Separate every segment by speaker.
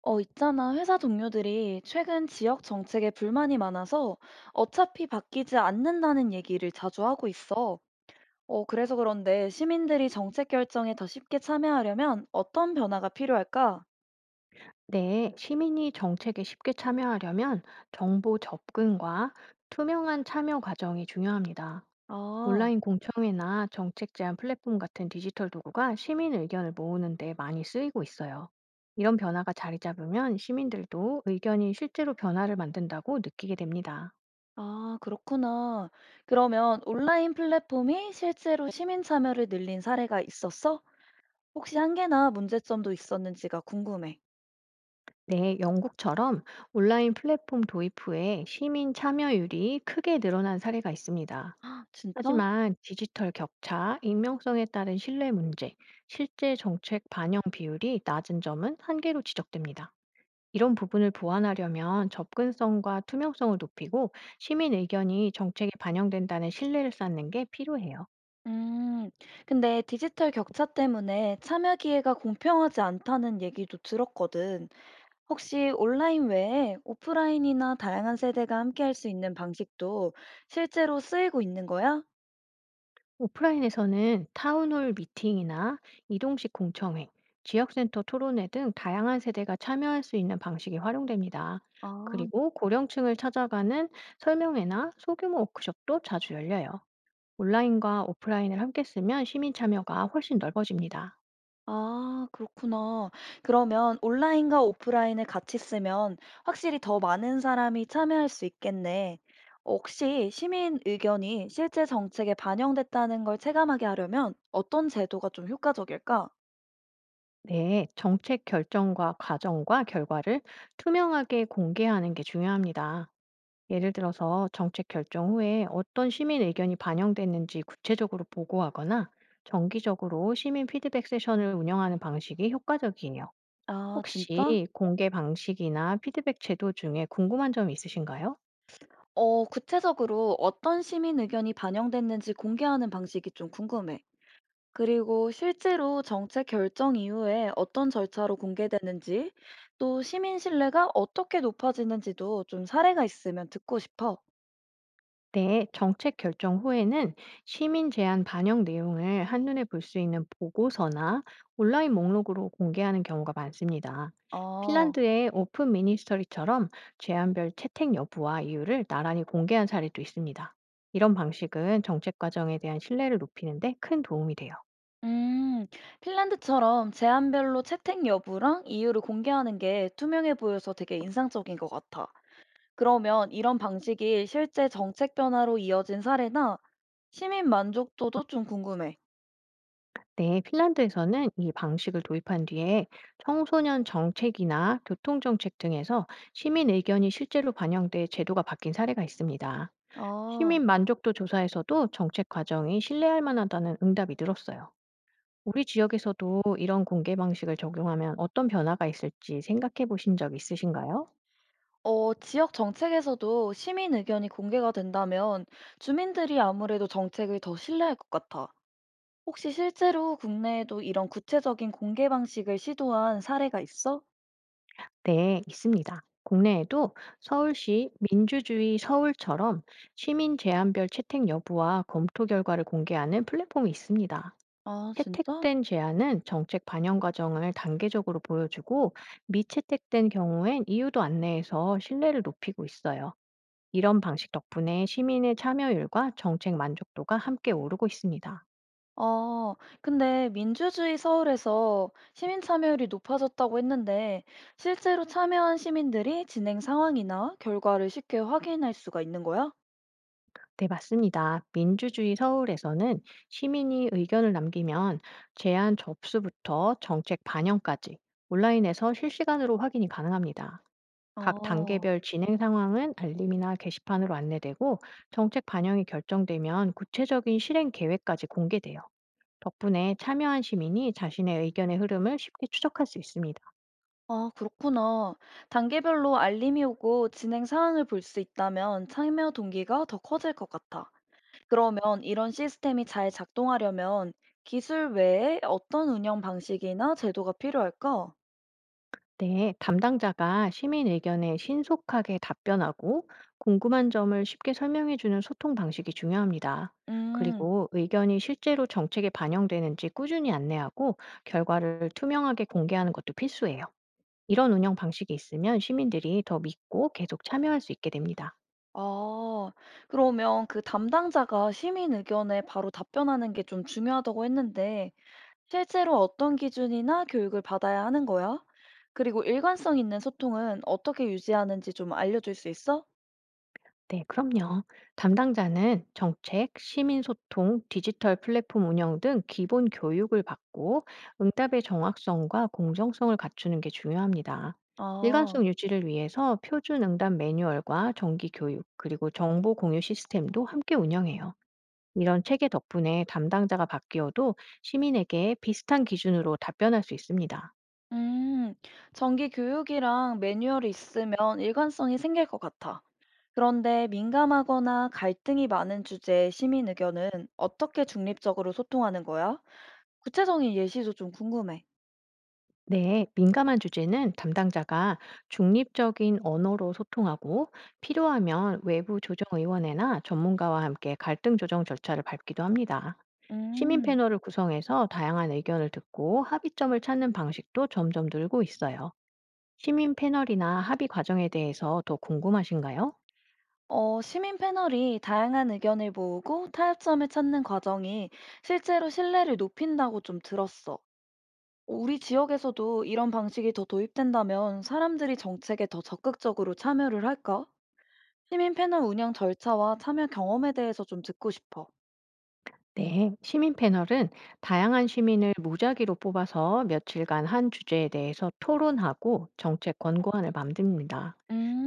Speaker 1: 있잖아. 회사 동료들이 최근 지역 정책에 불만이 많아서 어차피 바뀌지 않는다는 얘기를 자주 하고 있어. 어, 그래서 그런데 시민들이 정책 결정에 더 쉽게 참여하려면 어떤 변화가 필요할까?
Speaker 2: 네, 시민이 정책에 쉽게 참여하려면 정보 접근과 투명한 참여 과정이 중요합니다.
Speaker 1: 아,
Speaker 2: 온라인 공청회나 정책 제안 플랫폼 같은 디지털 도구가 시민 의견을 모으는 데 많이 쓰이고 있어요. 이런 변화가 자리 잡으면 시민들도 의견이 실제로 변화를 만든다고 느끼게 됩니다.
Speaker 1: 아, 그렇구나. 그러면 온라인 플랫폼이 실제로 시민 참여를 늘린 사례가 있었어? 혹시 한계나 문제점도 있었는지가 궁금해.
Speaker 2: 네, 영국처럼 온라인 플랫폼 도입 후에 시민 참여율이 크게 늘어난 사례가 있습니다.
Speaker 1: 아, 진짜?
Speaker 2: 하지만 디지털 격차, 익명성에 따른 신뢰 문제, 실제 정책 반영 비율이 낮은 점은 한계로 지적됩니다. 이런 부분을 보완하려면 접근성과 투명성을 높이고 시민 의견이 정책에 반영된다는 신뢰를 쌓는 게 필요해요.
Speaker 1: 음, 근데 디지털 격차 때문에 참여 기회가 공평하지 않다는 얘기도 들었거든. 혹시 온라인 외에 오프라인이나 다양한 세대가 함께할 수 있는 방식도 실제로 쓰이고 있는 거야?
Speaker 2: 오프라인에서는 타운홀 미팅이나 이동식 공청회, 지역센터 토론회 등 다양한 세대가 참여할 수 있는 방식이 활용됩니다.
Speaker 1: 아,
Speaker 2: 그리고 고령층을 찾아가는 설명회나 소규모 워크숍도 자주 열려요. 온라인과 오프라인을 함께 쓰면 시민 참여가 훨씬 넓어집니다.
Speaker 1: 아, 그렇구나. 그러면 온라인과 오프라인을 같이 쓰면 확실히 더 많은 사람이 참여할 수 있겠네. 혹시 시민 의견이 실제 정책에 반영됐다는 걸 체감하게 하려면 어떤 제도가 좀 효과적일까?
Speaker 2: 네, 정책 결정과 과정과 결과를 투명하게 공개하는 게 중요합니다. 예를 들어서 정책 결정 후에 어떤 시민 의견이 반영됐는지 구체적으로 보고하거나 정기적으로 시민 피드백 세션을 운영하는 방식이 효과적이에요.
Speaker 1: 아, 진짜?
Speaker 2: 혹시 공개 방식이나 피드백 제도 중에 궁금한 점이 있으신가요?
Speaker 1: 어, 구체적으로 어떤 시민 의견이 반영됐는지 공개하는 방식이 좀 궁금해. 그리고 실제로 정책 결정 이후에 어떤 절차로 공개되는지, 또 시민 신뢰가 어떻게 높아지는지도 좀 사례가 있으면 듣고 싶어.
Speaker 2: 네, 정책 결정 후에는 시민 제안 반영 내용을 한눈에 볼 수 있는 보고서나 온라인 목록으로 공개하는 경우가 많습니다.
Speaker 1: 어,
Speaker 2: 핀란드의 오픈 미니스터리처럼 제안별 채택 여부와 이유를 나란히 공개한 사례도 있습니다. 이런 방식은 정책 과정에 대한 신뢰를 높이는데 큰 도움이 돼요.
Speaker 1: 음, 핀란드처럼 제안별로 채택 여부랑 이유를 공개하는 게 투명해 보여서 되게 인상적인 것 같아. 그러면 이런 방식이 실제 정책 변화로 이어진 사례나 시민 만족도도 좀 궁금해.
Speaker 2: 네, 핀란드에서는 이 방식을 도입한 뒤에 청소년 정책이나 교통 정책 등에서 시민 의견이 실제로 반영돼 제도가 바뀐 사례가 있습니다.
Speaker 1: 아,
Speaker 2: 시민 만족도 조사에서도 정책 과정이 신뢰할 만하다는 응답이 늘었어요. 우리 지역에서도 이런 공개 방식을 적용하면 어떤 변화가 있을지 생각해 보신 적 있으신가요?
Speaker 1: 어, 지역 정책에서도 시민 의견이 공개가 된다면 주민들이 아무래도 정책을 더 신뢰할 것 같아. 혹시 실제로 국내에도 이런 구체적인 공개 방식을 시도한 사례가 있어?
Speaker 2: 네, 있습니다. 국내에도 서울시 민주주의 서울처럼 시민 제안별 채택 여부와 검토 결과를 공개하는 플랫폼이 있습니다.
Speaker 1: 아, 진짜?
Speaker 2: 채택된 제안은 정책 반영 과정을 단계적으로 보여주고 미채택된 경우엔 이유도 안내해서 신뢰를 높이고 있어요. 이런 방식 덕분에 시민의 참여율과 정책 만족도가 함께 오르고 있습니다.
Speaker 1: 아, 근데 민주주의 서울에서 시민 참여율이 높아졌다고 했는데 실제로 참여한 시민들이 진행 상황이나 결과를 쉽게 확인할 수가 있는 거야?
Speaker 2: 네, 맞습니다. 민주주의 서울에서는 시민이 의견을 남기면 제안 접수부터 정책 반영까지 온라인에서 실시간으로 확인이 가능합니다. 각
Speaker 1: 아.
Speaker 2: 단계별 진행 상황은 알림이나 게시판으로 안내되고 정책 반영이 결정되면 구체적인 실행 계획까지 공개돼요. 덕분에 참여한 시민이 자신의 의견의 흐름을 쉽게 추적할 수 있습니다.
Speaker 1: 아, 그렇구나. 단계별로 알림이 오고 진행 사항을 볼 수 있다면 참여 동기가 더 커질 것 같아. 그러면 이런 시스템이 잘 작동하려면 기술 외에 어떤 운영 방식이나 제도가 필요할까?
Speaker 2: 네, 담당자가 시민 의견에 신속하게 답변하고 궁금한 점을 쉽게 설명해 주는 소통 방식이 중요합니다.
Speaker 1: 음,
Speaker 2: 그리고 의견이 실제로 정책에 반영되는지 꾸준히 안내하고 결과를 투명하게 공개하는 것도 필수예요. 이런 운영 방식이 있으면 시민들이 더 믿고 계속 참여할 수 있게 됩니다.
Speaker 1: 아, 그러면 그 담당자가 시민 의견에 바로 답변하는 게 좀 중요하다고 했는데 실제로 어떤 기준이나 교육을 받아야 하는 거야? 그리고 일관성 있는 소통은 어떻게 유지하는지 좀 알려줄 수 있어?
Speaker 2: 네, 그럼요. 담당자는 정책, 시민소통, 디지털 플랫폼 운영 등 기본 교육을 받고 응답의 정확성과 공정성을 갖추는 게 중요합니다.
Speaker 1: 아.
Speaker 2: 일관성 유지를 위해서 표준 응답 매뉴얼과 정기 교육, 그리고 정보 공유 시스템도 함께 운영해요. 이런 체계 덕분에 담당자가 바뀌어도 시민에게 비슷한 기준으로 답변할 수 있습니다.
Speaker 1: 음, 정기 교육이랑 매뉴얼이 있으면 일관성이 생길 것 같아. 그런데 민감하거나 갈등이 많은 주제의 시민 의견은 어떻게 중립적으로 소통하는 거야? 구체적인 예시도 좀 궁금해.
Speaker 2: 네, 민감한 주제는 담당자가 중립적인 언어로 소통하고 필요하면 외부 조정의원회나 전문가와 함께 갈등 조정 절차를 밟기도 합니다. 시민
Speaker 1: 음,
Speaker 2: 패널을 구성해서 다양한 의견을 듣고 합의점을 찾는 방식도 점점 늘고 있어요. 시민 패널이나 합의 과정에 대해서 더 궁금하신가요?
Speaker 1: 어, 시민 패널이 다양한 의견을 모으고 타협점을 찾는 과정이 실제로 신뢰를 높인다고 좀 들었어. 우리 지역에서도 이런 방식이 더 도입된다면 사람들이 정책에 더 적극적으로 참여를 할까? 시민 패널 운영 절차와 참여 경험에 대해서 좀 듣고 싶어.
Speaker 2: 네, 시민 패널은 다양한 시민을 무작위로 뽑아서 며칠간 한 주제에 대해서 토론하고 정책 권고안을 만듭니다.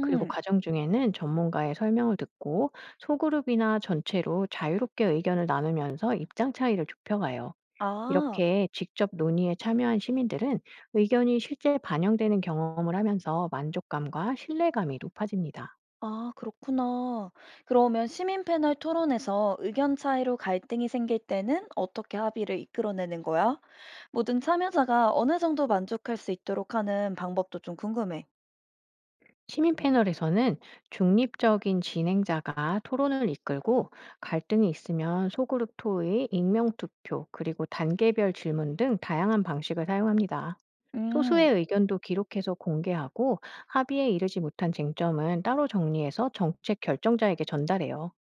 Speaker 2: 그리고 과정 중에는 전문가의 설명을 듣고 소그룹이나 전체로 자유롭게 의견을 나누면서 입장 차이를 좁혀가요.
Speaker 1: 아,
Speaker 2: 이렇게 직접 논의에 참여한 시민들은 의견이 실제 반영되는 경험을 하면서 만족감과 신뢰감이 높아집니다.
Speaker 1: 아, 그렇구나. 그러면 시민 패널 토론에서 의견 차이로 갈등이 생길 때는 어떻게 합의를 이끌어내는 거야? 모든 참여자가 어느 정도 만족할 수 있도록 하는 방법도 좀 궁금해.
Speaker 2: 시민 패널에서는 중립적인 진행자가 토론을 이끌고 갈등이 있으면 소그룹 토의, 익명 투표, 그리고 단계별 질문 등 다양한 방식을 사용합니다.
Speaker 1: 음,
Speaker 2: 소수의 의견도 기록해서 공개하고 합의에 이르지 못한 쟁점은 따로 정리해서 정책 결정자에게 전달해요.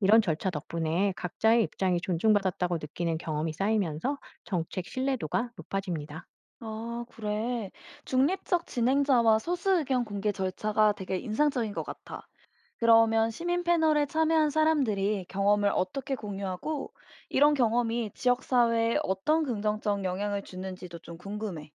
Speaker 2: 이런 절차 덕분에 각자의 입장이 존중받았다고 느끼는 경험이 쌓이면서 정책 신뢰도가 높아집니다.
Speaker 1: 아, 그래. 중립적 진행자와 소수 의견 공개 절차가 되게 인상적인 것 같아. 그러면 시민 패널에 참여한 사람들이 경험을 어떻게 공유하고 이런 경험이 지역사회에 어떤 긍정적 영향을 주는지도 좀 궁금해.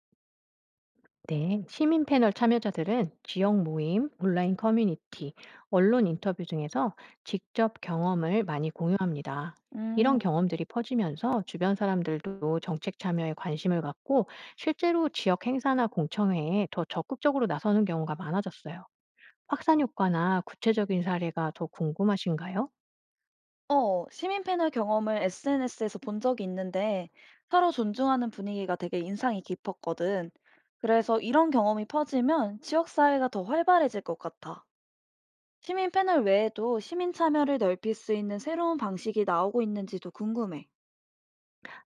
Speaker 2: 네, 시민 패널 참여자들은 지역 모임, 온라인 커뮤니티, 언론 인터뷰 등에서 직접 경험을 많이 공유합니다.
Speaker 1: 음,
Speaker 2: 이런 경험들이 퍼지면서 주변 사람들도 정책 참여에 관심을 갖고 실제로 지역 행사나 공청회에 더 적극적으로 나서는 경우가 많아졌어요. 확산 효과나 구체적인 사례가 더 궁금하신가요?
Speaker 1: 어, 시민 패널 경험을 SNS에서 본 적이 있는데 서로 존중하는 분위기가 되게 인상이 깊었거든. 그래서 이런 경험이 퍼지면 지역사회가 더 활발해질 것 같아. 시민 패널 외에도 시민 참여를 넓힐 수 있는 새로운 방식이 나오고 있는지도 궁금해.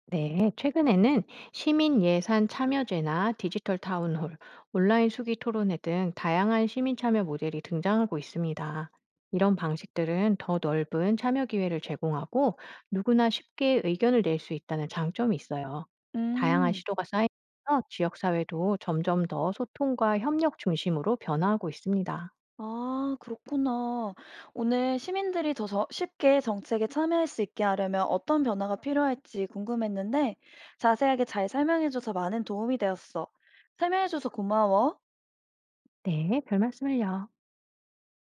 Speaker 2: 네, 최근에는 시민 예산 참여제나 디지털 타운홀, 온라인 수기 토론회 등 다양한 시민 참여 모델이 등장하고 있습니다. 이런 방식들은 더 넓은 참여 기회를 제공하고 누구나 쉽게 의견을 낼 수 있다는 장점이 있어요. 다양한
Speaker 1: 음.
Speaker 2: 시도가 쌓이면서 지역사회도 점점 더 소통과 협력 중심으로 변화하고 있습니다.
Speaker 1: 아, 그렇구나. 오늘 시민들이 더 쉽게 정책에 참여할 수 있게 하려면 어떤 변화가 필요할지 궁금했는데 자세하게 잘 설명해줘서 많은 도움이 되었어. 설명해줘서 고마워.
Speaker 2: 네, 별 말씀을요.